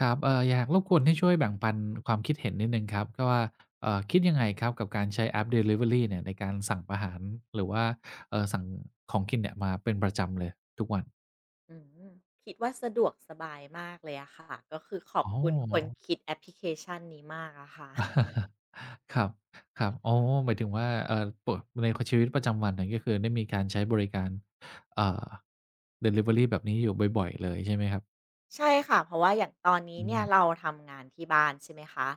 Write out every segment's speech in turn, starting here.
ครับอยากรบกวนให้ช่วยแบ่งปันความคิดเห็นนิดหนึ่งครับก็ว่าคิดยังไงครับกับการใช้แอปดิลิเวอรีเนี่ยในการสั่งอาหารหรือว่าสั่งของกินเนี่ยมาเป็นประจำเลยทุกวันอืมคิดว่าสะดวกสบายมากเลยอะค่ะก็คือขอบอ๋อ คุณคนคิดแอปพลิเคชันนี้มากอะค่ะ ครับครับอ๋อหมายถึงว่าปกในคชีวิตประจำวันเนี่ยก็คือได้มีการใช้บริการเอ่อดิลิเวอรีแบบนี้อยู่บ่อยๆเลยใช่ไหมครับใช่ค่ะเพราะว่าอย่างตอนนี้อืเนี่ยมเราทำงานที่บ้านใช่ไหมคะ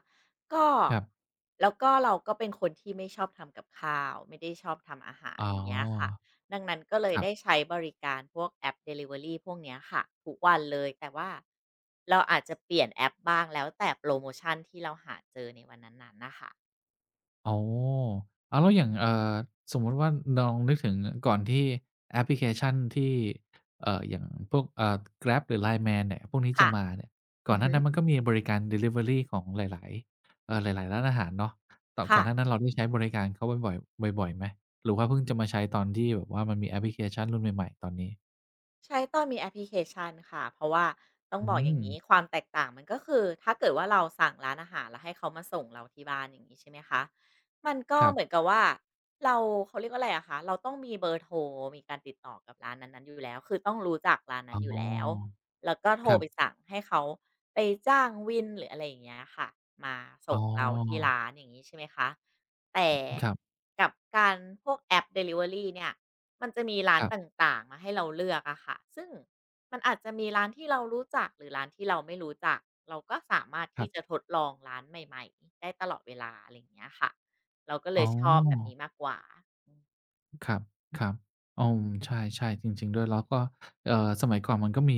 ก็ครับแล้วก็เราก็เป็นคนที่ไม่ชอบทำกับข้าวไม่ได้ชอบทำอาหารอ๋อย่างเงี้ยค่ะอดังนั้นก็เลยครัได้บ ใช้บริการพวกแอปด e ลิเวอรีพวกเนี้ยค่ะทุกวันเลยแต่ว่าเราอาจจะเปลี่ยนแอปบ้างแล้วแต่โปรโมชันที่เราหาเจอในวันนั้นๆนะคะอ๋ออ้าวแล้วอย่างสมมุติว่าลองนึกถึงก่อนที่แอปพลิเคชันที่อย่างพวกGrab หรือ Line Man เนี่ยพวกนี้จะค่ะมาเนี่ยก่ออืนอหน้าฮึนั้นมันก็มีบริการดิลิเวอรีของหลายๆหลายๆร้านอาหารเนาะตอนก่ค่ะ อนหน้านั้นเราได้ใช้บริการเขาบ่อยๆ บ่อยๆไหมหรือว่าเพิ่งจะมาใช้ตอนที่แบบว่ามันมีแอปพลิเคชันรุ่นใหม่ๆ ตอนนี้ใช้ตอนมีแอปพลิเคชันค่ะเพราะว่าต้องอืบอกอย่างมนี้ความแตกต่างมันก็คือถ้าเกิดว่าเราสั่งร้านอาหารแล้วให้เขามาส่งเราที่บ้านอย่างนี้ใช่ไหมคะมันก็ครัเหมือนบกับว่าเราเขาเรียกว่าอะไรอะคะเราต้องมีเบอร์โทรมีการติดต่อกับร้านนั้นๆอยู่แล้วคือต้องรู้จักร้านนั้นอยู่อ๋แล้วอแล้วก็โทรครัไปบสั่งให้เขาไปจ้างวินหรืออะไรอย่างเงี้ยค่ะมาอ๋ส่งอเราที่ร้านอย่างนี้ใช่ไหมคะแต่ครับกับการพวกแอปด e ลิเวอรีเนี่ย มันจะมีร้าคนรัตบ่างๆมาให้เราเลือกอะค่ะซึ่งมันอาจจะมีร้านที่เรารู้จักหรือร้านที่เราไม่รู้จัก เราก็สามารถคที่รัจะบทดลองร้านใหม่ๆได้ตลอดเวลาอะไรอย่างเงี้ยค่ะเราก็เลอ๋อ ยชอบแบบนี้มากกว่าอืมครับครับอืมใช่ใช่จริงๆด้วยแล้วก็สมัยก่อนมันก็มี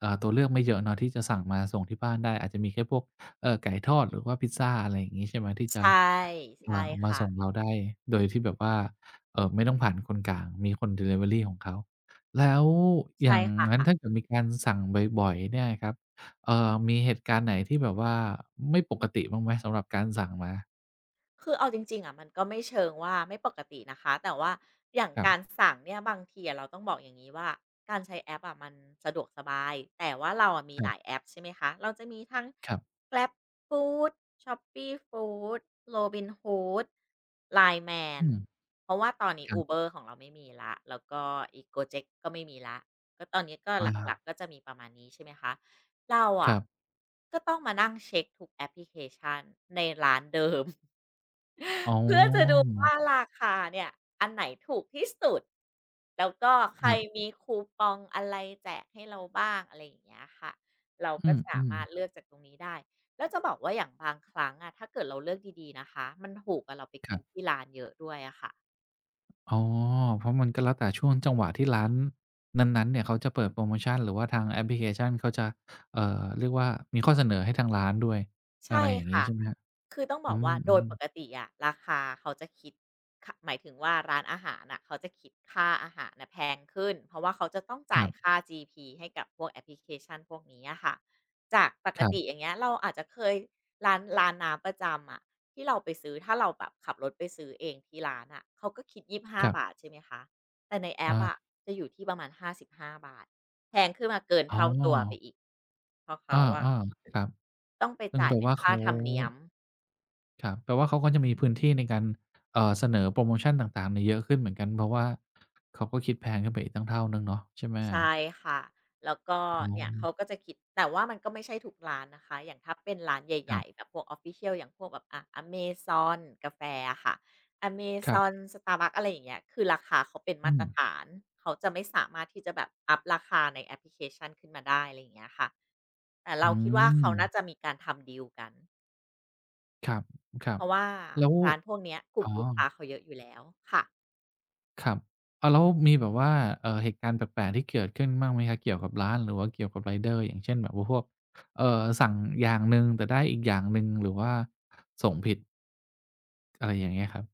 ตัวเลือกไม่เยอะเนาะที่จะสั่งมาส่งที่บ้านได้อาจจะมีแค่พวกไก่ทอดหรือว่าพิซซาอะไรอย่างงี้ใช่ไหมที่ใชจะ่ ใช่มาค่ะ ส่งเราได้โดยที่แบบว่าไม่ต้องผ่านคนกลางมีคนดิลิเวอรีของเขาแล้วอใช่ย่างค่ะ งั้นถ้าเกิดมีการสั่งบ่อยๆเนี่ยครับเอ่อมีเหตุการณ์ไหนที่แบบว่าไม่ปกติบ้างไหมสำหรับการสั่งมาคือเอาจริงๆอะมันก็ไม่เชิงว่าไม่ปกตินะคะแต่ว่าอย่างคการรัสั่งเนี่ยบางทีอะเราต้องบอกอย่างนี้ว่าการใช้แอปอะมันสะดวกสบายแต่ว่าเราอะมีหลายบแอปใช่ไหมคะเราจะมีทั้ง ๆครับ GrabFood, Shopee Food, Robinhood, Line Man อืมเพราะว่าตอนนี้ ครับ Uber ของเราไม่มีละแล้วก็อีก Gojek ก็ไม่มีละก็ตอนนี้ก็หลักอาๆก็จะมีประมาณนี้ใช่ไหมคะเราคอะรับ ก็ต้องมานั่งเช็คทุกแอปพลิเคชันในร้านเดิม อ๋อ เพื่อจะดูว่าราคาเนี่ยอันไหนถูกที่สุดแล้วก็ใคครรับมีคูปองอะไรแจกให้เราบ้างอะไรอย่างเงี้ยค่ะเราอืก็สามมารถเลือกจากตรงนี้ได้แล้วจะบอกว่าอย่างบางครั้งอะถ้าเกิดเราเลือกดีๆนะคะมันถูกกว่าเราไปๆคกิรันบที่ร้านเยอะด้วยอะค่ะ อ๋อเพราะมันก็แล้วแต่ช่วงจังหวะที่ร้านนั้นๆ เนี่ยเขาจะเปิดโพรโมชันหรือว่าทางแอปพลิเคชันเขาจะเอ่อเรียกว่ามีข้อเสนอให้ทางร้านด้วยอะใช่ไรอย่างงี้ค่ะ ใช่ไหมครับคือต้องบอือกว่าโดยมปๆกติอะราคาเขาจะคิดคะหมายถึงว่าร้านอาหารน่ะเขาจะคิดค่าอาหารนะแพงขึ้น เพราะว่าเขาจะต้องคจ่ายรับค่า GP ให้กับพวกแอปพลิเคชันพวกนี้อะค่ะจากปกติคอย่างเงี้ยเราอาจจะเคยร้านน้ำประจำอะที่เราไปซื้อถ้าเราแบบขับรถไปซื้อเองที่ร้านอ่ะเขาก็คิดยี่สิบห้ารับๆบาทใช่ไหมคะแต่ในแอปอาอะจะอยู่ที่ประมาณ55บห้าบาทแพงขึ้นมาเกินอ๋อเท่าตัวไปอีกเพราะอาเขาอะๆครับต้องไปซึ่งจ่ายแปลเป็นว่าค่าเขาธรรมเนียม ครับแปลว่าเขาก็จะมีพื้นที่ในการเสนอโพรโมชันต่างๆเนี่ยเยอะขึ้นเหมือนกันเพราะว่าเขาก็คิดแพงขึ้นไปอีกตั้งเท่าหนึ่งเนาะใช่ไหมใช่ค่ะ แล้วก็อ๋อเนี่ยเขาก็จะคิดแต่ว่ามันก็ไม่ใช่ทุกร้านนะคะอย่างถ้าเป็นร้านคใหรัญ่ๆบแบบพวก Official อย่างพวกแบบอะ Amazon กาแฟอะค่ะ ครั Amazon บ Starbucks อะไรอย่างเงี้ยคือราคาเขาเป็นอืมาตมรฐานเขาจะไม่สามารถที่จะแบบอัปราคาในแอปพลิเคชันขึ้นมาได้อะไรอย่างเงี้ยค่ะแต่อืเราคิดว่าเขามน่าจะมีการทำดีลกัน ครับ ครัเพบ ราะว่าแล้วร้านพวกเนี้ยกอ๋ลุ่มอลูกค้าเขาเยอะอยู่แล้วค่ะ ครับอ้าวแล้วมีแบบว่า เหตุการณ์แปลกๆที่เกิดขึ้นบ้างไหมครับเกี่ยวกับร้านหรือว่าเกี่ยวกับไรเดอร์อย่างเช่นแบบว่าพวก เอ่อ สั่งอย่างหนึ่งแต่ได้อีกอย่างหนึ่ง หรือว่าส่งผิดอะไรอย่างเงี้ยครับ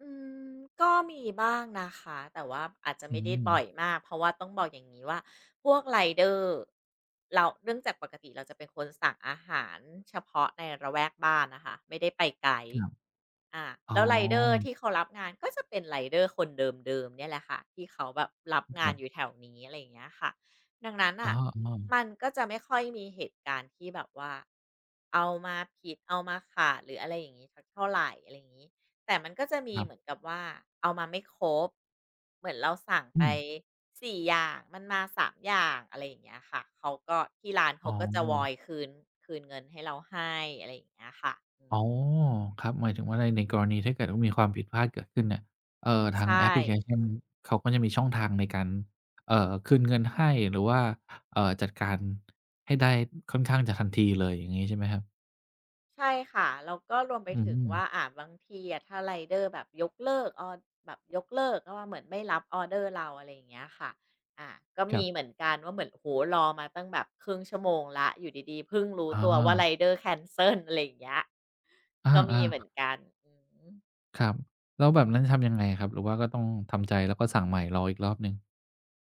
อืมก็มีบ้างนะคะแต่ว่าอาจจะอืไม่ได้มบ่อยมากเพราะว่าต้องบอกอย่างนี้ว่าพวกไรเดอร์เราเนื่องจากปกติเราจะเป็นคนสั่งอาหารเฉพาะในระแวกบ้านนะคะไม่ได้ไปไกล ครับอาอ๋อแล้วไรเดอร์ที่เขารับงานก็จะเป็นไรเดอร์คนเดิมๆเนี่ยแหละค่ะที่เขาแบบรับคงานรัอยู่แถบวนี้อะไรอย่างเงี้ยค่ะดังนั้นอ๋อ่ะอๆมันก็จะไม่ค่อยมีเหตุการณ์ที่แบบว่าเอามาผิดเอามาขาดหรืออะไรอย่างงี้สักเท่าไหรอะไรอย่างงี้แต่มันก็จะมีครัเหมือนบกับว่าเอามาไม่ครบเหมือนเราสั่งอืไปม4อย่างมันมา3อย่างอะไรอย่างเงี้ยค่ะเขาก็ที่ร้านอ๋เขาอ ก็จะวอยคืนเงินให้เราให้อะไรอย่างเงี้ยค่ะอือ๋มอครับ หมายถึงว่าในในกรณีถ้าเกิดว่ามีความผิดพลาดเกิดขึ้นเนี่ย เอ่อทางใช่ แอปพลิเคชันเขาก็จะมีช่องทางในการ เอ่อคืนเงินให้ หรือว่า จัดการให้ได้ค่อนข้างจะทันทีเลยอย่างงี้ใช่ไหมครับใช่ค่ะแล้วก็รวมไปอืถึมงว่าบางทีอะถ้าไรเดอร์แบบยกเลิกออแบบยกเลิกก็ว่าเหมือนไม่รับออร์เดอร์เราอะไรอย่างเงี้ยค่ะอาก็ครัมีเหมือบนกันว่าเหมือนโอ้โฮรอมาตั้งแบบครึ่งชั่วโมงแล้วอยู่ดีๆเพิ่งรู้อ๋อตัวว่าไรเดอร์แคนเซิลอะไรอย่างเงี้ยก็มีเหอามือนกันอือฮึ ๆครับ แล้วแบบนั้นทำยังไงครับ หรือว่าก็ต้องทำใจแล้วก็สั่งใหม่รออีกรอบหนึ่ง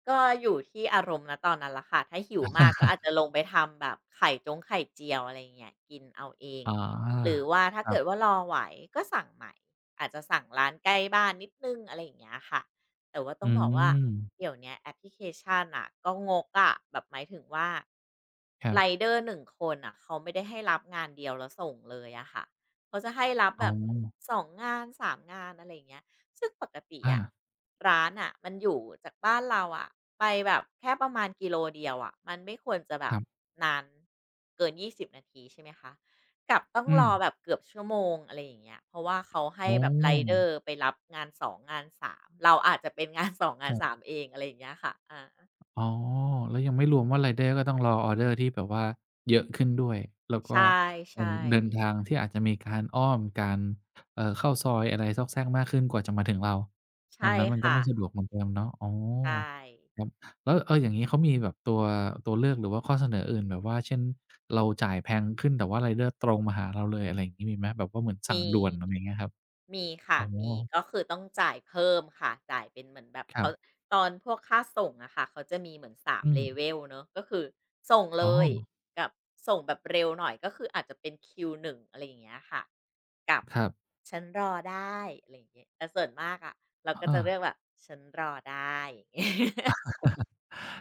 ก็อยู่ที่อารมณ์ณตอนนั้นแหละค่ะ ถ้าหิวมากก็อาจจะลงไปทำแบบไข่จงไข่เจียวอะไรอย่างเงี้ยกินเอาเอง อ๋หรืออว่าถ้าครัเกิดบว่ารอไหวก็สั่งใหม่ อาจจะสั่งร้านใกล้บ้านนิดหนึ่งอะไรอย่างเงี้ยค่ะ แต่ว่าต้อืองบอกว่ามเดี๋ยวเนี้ยแอปพลิเคชันน่ะก็งกอะแบบหมายถึงว่าครับไรเดอร์หนึ่งคนน่ะเขาไม่ได้ให้รับงานเดียวแล้วส่งเลยอะค่ะเขาจะให้รับแบอ๋อบสองงานสามงานอะไรอย่างเงี้ย ซึ่งปกติอะอาร้านอะมันอยู่จากบ้านเราอะไปแบบแค่ประมาณกิโลเดียวอะมันไม่ควรจะแบคบรับนานเกิน20 นาทีใช่ไหมคะกลับต้องอืรมอแบบเกือบชั่วโมงอะไรอย่างเงี้ยเพราะว่าเขาให้อ๋แบบไรเดออร์ไปรับงานสองงานสามเราอาจจะเป็นงาน สองงาคนสารับ มเองอะไรอย่างเงี้ยค่ะอาอ๋อแล้วยังไม่รวมว่ารายเดอร์ก็ต้องรอออร์เดอร์ที่แบบว่าเยอะขึ้นด้วยแล้วก็ใช่เอ่อใช่เดินทางที่อาจจะมีการอ้อมการเข้าซอยอะไรซอกแซกมากขึ้นกว่าจะมาถึงเราดัใช่งนั้นมันก็ค่ะไม่สะดวกเหมือนเดิมเนาะอ๋อใช่ ครับแล้วเอออย่างงี้เขามีแบบตัวตัวเลือกหรือว่าข้อเสนออื่นแบบว่าเช่นเราจ่ายแพงขึ้นแต่ว่าไรเดอร์ตรงมาหาเราเลยอะไรอย่างงี้มีไหมแบบว่าเหมือนสั่งมี ด่วนอะไรอย่างเงี้ยครับมีอ๋ค่ะ อมี ก็คือต้องจ่ายเพิ่มค่ะจ่ายเป็นเหมือนแบบครัเขาบตอนพวกค่าส่งอะค่ะเขาจะมีเหมือนสาม อืม level เนาะก็คือส่งเลอ๋อยกับส่งแบบเร็วหน่อยก็คืออาจจะเป็นคิว1อะไรอย่างเงี้ยค่ะกับครับฉันรอได้อะไรอย่างเงี้ยแต่ส่วนมากอะเราก็จะอาเลือกแบบฉันรอได้อย่างงี้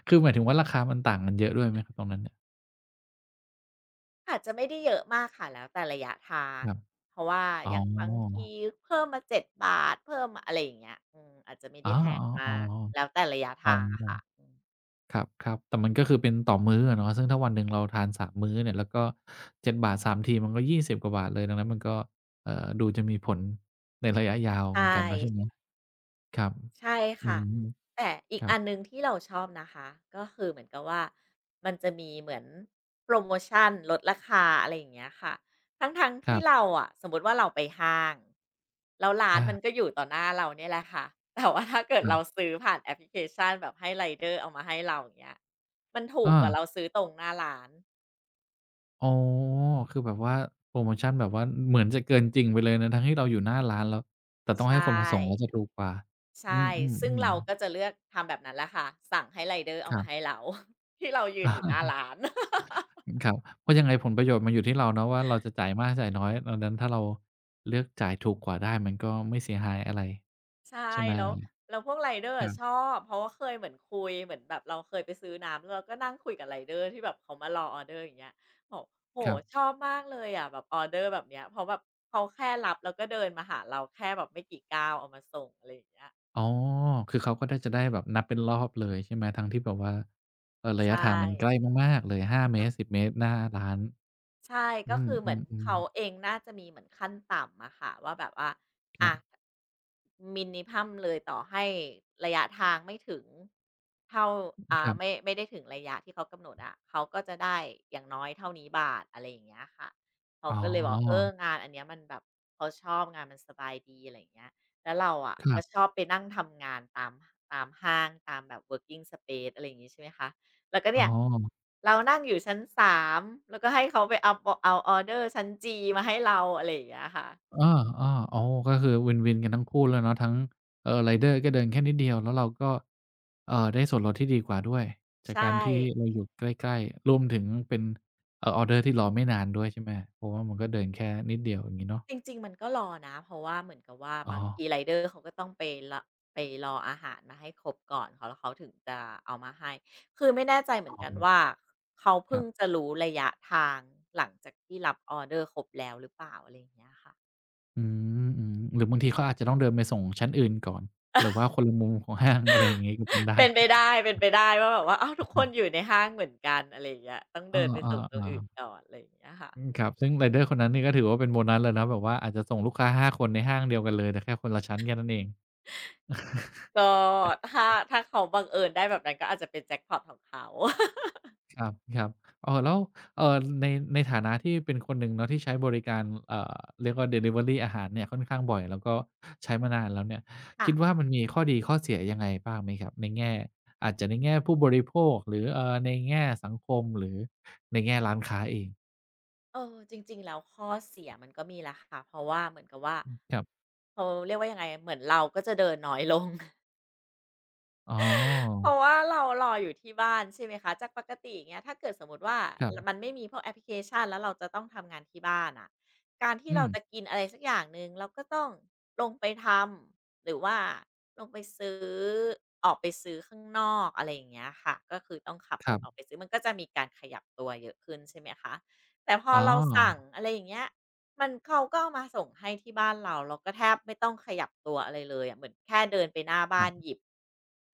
คือหมายถึงว่าราคามันต่างกันเยอะด้วยไหมครับตรงนั้น อาจจะไม่ได้เยอะมากค่ะแล้วแต่ระยะทาคงรับเพราะว่าอ๋อย่างบางอทีเพิ่มมา7 บาทเพิ่มมาอะไรอย่างเงี้ยอืมอาจจะไม่อ๋ได้อแพงมากๆแล้วๆแต่ระยะอ๋อทางอะค่ะอืมครับๆแต่มันก็คือเป็นต่อมื้ออะเนาะซึ่งถ้าวันหนึ่งเราทานสามมื้อเนี่ยแล้วก็7 บาท3 ทีมันก็20 กว่าบาทเลยดังนั้นมันก็ดูจะมีผลในระยะยาวเหมือใช่ นกันเนาะใช่ไหมครับใช่อืค่ะมแต่อีคกรัอับนหนึ่งที่เราชอบนะคะก็คือเหมือนกับว่ามันจะมีเหมือนโปรโมชั่นลดราคาอะไรอย่างเงี้ยค่ะทั้งๆทครัที่เราบอะสมมุติว่าเราไปห้างแล้วร้านมันอาก็อยู่ต่อหน้าเราเนี่ยแหละค่ะ แต่ว่าถ้าเกิดครัเราบซื้อผ่านแอปพลิเคชันแบบให้ไรเดอร์เอามาให้เราอย่างเงี้ยมันถูกอากว่าเราซื้อตรงหน้าร้านอ๋อคือแบบว่าโพรโมชันแบบว่าเหมือนจะเกินจริงไปเลยนะทั้งที่เราอยู่หน้าร้านแล้วแต่ต้อใชงให้คนมาส่งแล้ว่จะถูกกว่าอืใช่ซึ่งมเราๆก็ๆจะเลือกทำแบบนั้นแหละค่ะสั่งให้ไรเดอร์คเอารัมาให้บ เรา ที่เรายืนอยู่หน้า ร้าน ครับเพราะยังไงผลประโยชน์มันอยู่ที่เราเนาะว่าเราจะจ่ายมากจ่ายน้อยดังนั้นถ้าเราเลือกจ่ายถูกกว่าได้มันก็ไม่เสียหายอะไรใช่ใช่ไหมแล้วแล้วพวกไรเดอร์คอะรัชอบบเพราะว่าเคยเหมือนคุยเหมือนแบบเราเคยไปซื้อน้ำแล้วเราก็นั่งคุยกับไรเดอร์ที่แบบเขามารอออร์เดอร์อย่างเงี้ยบอกโอ้คโฮรัชบอบมากเลยอะแบบออร์เดอร์แบบเนี้ยเพราะแบบเขาแค่รับแล้วก็เดินมาหาเราแค่แบบไม่กี่ก้าวเอามาส่งอะไรอย่างเงี้ยอ๋อคือเขาก็ได้จะได้แบบนับเป็นรอบเลยใช่ไหมทั้งที่แบบว่าระยะใช่ ทางมันใกล้มากๆเลย5 เมตร 10 เมตรหน้าร้านใช่อืก็คือเหมือนมเขาเอๆๆงน่าจะมีเหมือนขั้นต่ำอะค่ะว่าแบบว่าครัอ่ะบมินิพัมเลยต่อให้ระยะทางไม่ถึงเท่าคอ่ารัไม่บไม่ได้ถึงระยะที่เขากำหนดอะเขาก็จะได้อย่างน้อยเท่านี้บาทอะไรอย่างเงี้ยค่ะเขาอ๋ก็เลยบอกเออองานอันเนี้ยมันแบบเขาชอบงานมันสบายดีอะไรอย่างเงี้ยแล้วเราอะครัก็ชบอบไปนั่งทำงานตามตามห้างตามแบบ working space อะไรอย่างงี้ใช่ไหมคะ แล้วก็อ๋อ เนี่ยเรานั่งอยู่ชั้นสามแล้วก็ให้เขาไปเอาออเดอร์ชั้นจีมาให้เราอะไรอย่างเงี้ยค่ะเออๆอ๋อก็คือวินๆกันทั้งคู่เลยเนาะทั้งไรเดอร์ก็เดินแค่นิดเดียวแล้วเราก็ ได้ส่วนลดที่ดีกว่าด้วย จากใช่การที่เราอยู่ใกล้ๆรวมถึงเป็นออร์เดอร์ที่รอไม่นานด้วยใช่ไหมเพราะว่ามันก็เดินแค่นิดเดียวอย่างงี้เนาะจริงๆมันก็รอนะเพราะว่าเหมือนกับว่าอ๋อบางทีไรเดอร์เขาก็ต้องไปละไปรออาหารมาให้ครบก่อนเขาแล้วเขาถึงจะเอามาให้คือไม่แน่ใจเหมือนกันว่าเขาๆคเพิ่รังบจะรู้ระยะทางหลังจากที่รับออเดอร์ครบแล้วหรือเปล่าอะไรอย่างเงี้ยค่ะอืมอืมหรือบางทีเขาอาจจะต้องเดินไปส่งชั้นอื่นก่อนหรือว่าคนละมุมของห้าง อะไรอย่างงี้ก็เป็นได้เป็นไปได้เป็นไปได้ว่าแบบว่าอ้าวทุกคนอยู่ในห้างเหมือนกันอะไรอย่างเงี้ยต้องเออเดินไปส่งตรงอื่นๆๆก่อนอะไรอย่างเงี้ยค่ะ อืมครับซึ่งไรเดอร์คนนั้นนี่ก็ถือว่าเป็นโบนัสเลยนะแบบว่าอาจจะส่งลูกค้า5 คนในห้างเดียวกันเลยแต่แค่คนละชั้นแค่นั้นเอง ก็ถ้าเขาบังเอิญได้แบบนั้นก็อาจจะเป็นแจ็กพอตของเขา ครับครับเออแล้วเอ่อในในฐานะที่เป็นคนหนึ่งเนาะที่ใช้บริการเอ่อเรียกว่าดิลิเวอรีอาหารเนี่ยค่อนข้างบ่อยแล้วก็ใช้มานานแล้วเนี่ยค่ะคิดว่ามันมีข้อดีข้อเสียยังไงบ้างไหมครับในแง่อาจจะในแง่ผู้บริโภคหรือในแง่สังคมหรือในแง่ร้านค้าเองเออจริงๆแล้วข้อเสียมันก็มีแหละค่ะเพราะว่าเหมือนกับว่าครับเขาเรียกว่ายังไงเหมือนเราก็จะเดินน้อยลง อ๋เพอราะว่าเรารออยู่ที่บ้านใช่ไหมคะจากปกติอย่างเงี้ยถ้าเกิดสมมติว่าครับมันไม่มีพวกแอปพลิเคชันแล้วเราจะต้องทำงานที่บ้านอะการที่อืเรามจะกินอะไรสักอย่างหนึ่งเราก็ต้องลงไปทำหรือว่าลงไปซื้อออกไปซื้อข้างนอกอะไรอย่างเงี้ยค่ะก็คือต้องขับครรัถออกไปบซื้อมันก็จะมีการขยับตัวเยอะขึ้นใช่ไหมคะแต่พออ๋เราสั่งออะไรอย่างเงี้ย มันเขาก็เอามาส่งให้ที่บ้านเราเราก็แทบไม่ต้องขยับตัวอะไรเลยอะเหมือนแค่เดินไปหน้าคบ้ารันหบยิบ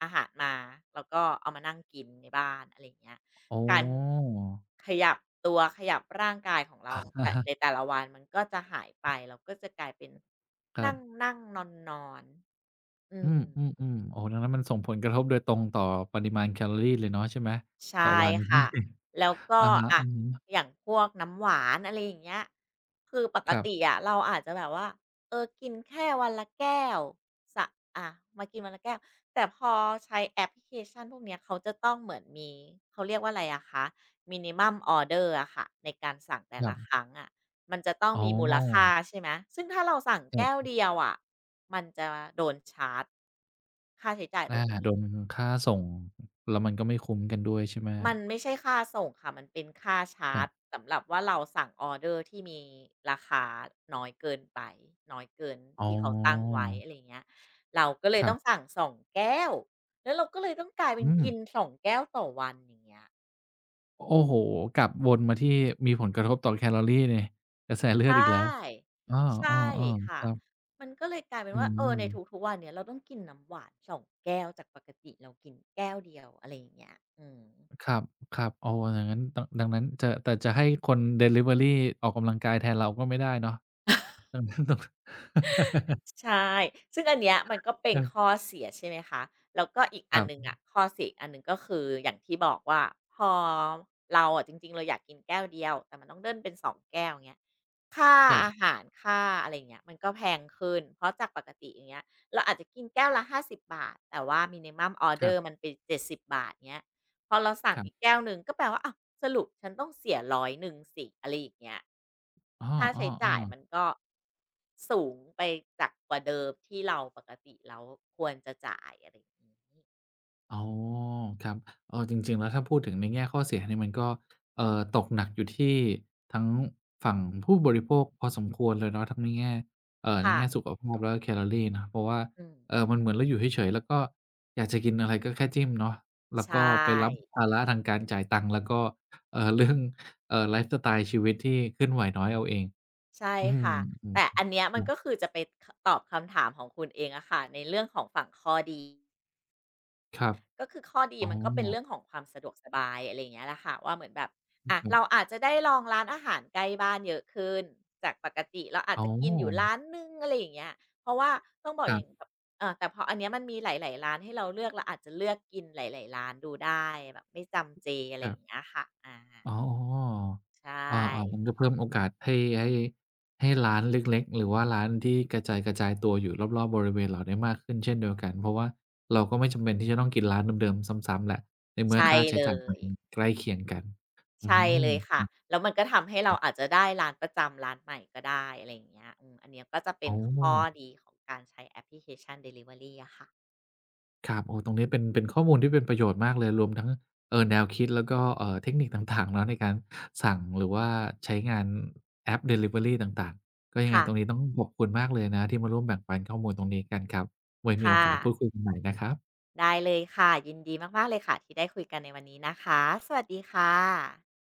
อาหารมาแล้วก็เอามานั่งกินในบ้านอะไรอย่างเงี้ยอ๋อการขยับตัวขยับร่างกายของอเราะแต่ฮะ ในแต่ละวันมันก็จะหายไปเราก็จะกลายเป็น คนรับ ั่งๆนอนๆอือืม มๆๆโอ้ดังนั้นมันส่งผลกระทบโดยตรงต่อปริมาณแคลอรีเลยเนาะใช่ไหมใชต่อ่วัน ที่ค่ะแล้วก็อะฮะอะอๆย่างพวกน้ำหวานอะไรอย่างเงี้ยคือปกครติอะเราอาจจะแบบว่ากินแค่วันละแก้วสะอ่ะมากินวันละแก้วแต่พอใช้แอปพลิเคชันพวกเนี้ยเขาจะต้องเหมือนมีเขาเรียกว่าอะไรอะคะ minimum order อะค่ะในการสั่งแต่ัละบคๆรั้งอะมันจะต้องอ๋มีมูลค่าอใช่ไหมซึ่งถ้าเราสั่งครแก้วับเดียวอะมันจะโดนชาร์จค่าใช้จ่ายตรอางนี้ โดนค่าส่งแล้วมันก็ไม่คุ้มกันด้วยใช่ไหมมันไม่ใช่ค่าส่งค่ะมันเป็นค่าคชารัร์จบสำหรับว่าเราสั่งออเดอร์ที่มีราคาน้อยเกินไปน้อยเกินอ๋อที่เขาตั้งไว้อะไรเงี้ยเราก็เลคยรัต้องบสั่ง2แก้วแล้วเราก็เลยต้องกลายเป็นอืมกิน2แก้วต่อวันอย่างเงี้ยโอ้โฮกลับวนมาที่มีผลกระทบต่อแคลอรีในกระแสใชเลือดอีกแล้ว่เอใช่อๆๆค่ะครับมันก็เลยกลายเป็นอืว่ามในทุกๆวันเนี่ยเราต้องกินน้ำหวาน2แก้วจากปกติเรากินแก้วเดียวอะไรอย่างเงี้ยอืม ครับๆโอ้อย่างงั้นดดังนั้นจะแต่จะให้คนดิลิเวอรีออกกำลังกายแทนเราก็ไม่ได้เนาะ ตรงนั้นตรงใช่ ซึ่งอันเนี้ยมันก็เป็คนรัข้อบเสียใช่ไหมคะ แล้วก็อีกคอันรัหนึ่งบอะข้อเสียอีกอันหนึ่งก็คืออย่างที่บอกว่าพอเราอะจริงๆเราอยากกินแก้วเดียวแต่มันต้องเดิ้นเป็นสองแก้วเงี้ย ค่าครัอาบหารค่าอะไรอย่างเงี้ยมันก็แพงขึ้นเพราะจากปกติอย่างเงี้ยเราอาจจะกินแก้วละ50บบาทแต่ว่า minimum ครั order บมันเป็น70บบาทเงี้ยพอเราสั่งอีกแก้วหนึ่งก็แปลว่าอ้าวสรุปฉันต้องเสียร้อยหนึ่งสิอะไรอย่างเงี้ยอ้ค่าใช้จ่ายอๆมันๆก็สูงไปจากกว่าเดิมที่เราปกติแล้วควรจะจ่ายอะไรอย่างงี้อ๋อครับเออจริงๆ แล้วถ้าพูดถึงในแง่ข้อเสียเนี่ยมันก็ตกหนักอยู่ที่ทั้งฝั่งผู้บริโภคพอสมควรเลยเนาะทั้งในแง่ในค่ะแง่สุขภาพแล้วก็แคลอรีเนาะเพราะว่าอืมมันเหมือนเราอยู่เฉยๆแล้วก็อยากจะกินอะไรก็แค่จิ้มเนาะแล้วใช่ ก็ไปรับภาระทางการจ่ายตังค์แล้วก็เรื่องไลฟ์สไตล์ชีวิตที่เคลื่อนไหวน้อยเอาเองใช่อืมค่ะอือแต่อันเนี้ยคมันรัก็บคือจะไปตอบคำถามของคุณเองอะค่ะในเรื่องของฝั่งข้อดีครับ ก็คือข้อดีอ๋อมันก็เป็นเรื่องของความสะดวกสบายอะไรอย่างเงี้ยแหละค่ะว่าเหมือนแบบอะครัเราบอาจจะได้ลองร้านอาหารใกล้บ้านเยอะขึ้นจากปกติเราอาจอ๋จะกินอยู่อร้านหนึ่งอะไรอย่างเงี้ยเพราะว่าต้องบอกคอรัย่างบแบบแต่พออันเนี้ยมันมีหลายๆร้านให้เราเลือกเราอาจจะเลือกกินหลายๆร้านดูได้แบบไม่จำเจอะไรคอรัย่างเงี้บยค่ะอาอ๋อใชๆเออๆ่มันก็เพิ่มโอกาสให้ให้ให้ร้านเล็กๆ หรือว่าร้านที่กระจายกระจายตัวอยู่รอบๆบริเวณเราได้มากขึ้นเช่นเดียวกันเพราะว่าเราก็ไม่จำเป็นที่จะต้องกินร้านเดิมๆซ้ำๆแหละในเมื่อใช่ค่าใช้เลจ่ายมัย นใกล้เคียงกันอืใช่มเลยค่ะแล้วมันก็ทำให้คเรารัอาจบจะได้ร้านประจำร้านใหม่ก็ได้อะไรอย่างเงี้ยอืมอันเนี้ยก็จะเป็อ๋นอ ข้อดีของการใช้แอปพลิเคชันด e ลิเวอรีอะค่ะครับโอ้ตรงนี้เป็นข้อมูลที่เป็นประโยชน์มากเลยรวมทั้งแนวคิดแล้วก็เทคนิคต่างๆเนาะในการสั่งหรือว่าใช้งานแอปดิลิเวอรีต่างๆก็ยังไงค่ะตรงนี้ต้องขอบคุณมากเลยนะที่มาร่วมแบ่งปันข้อมูลตรงนี้กันครับไว้มีโอค่ะกาสพูดคุยกันใหม่นะครับได้เลยค่ะยินดีมากๆเลยค่ะที่ได้คุยกันในวันนี้นะคะสวัสดีค่ะ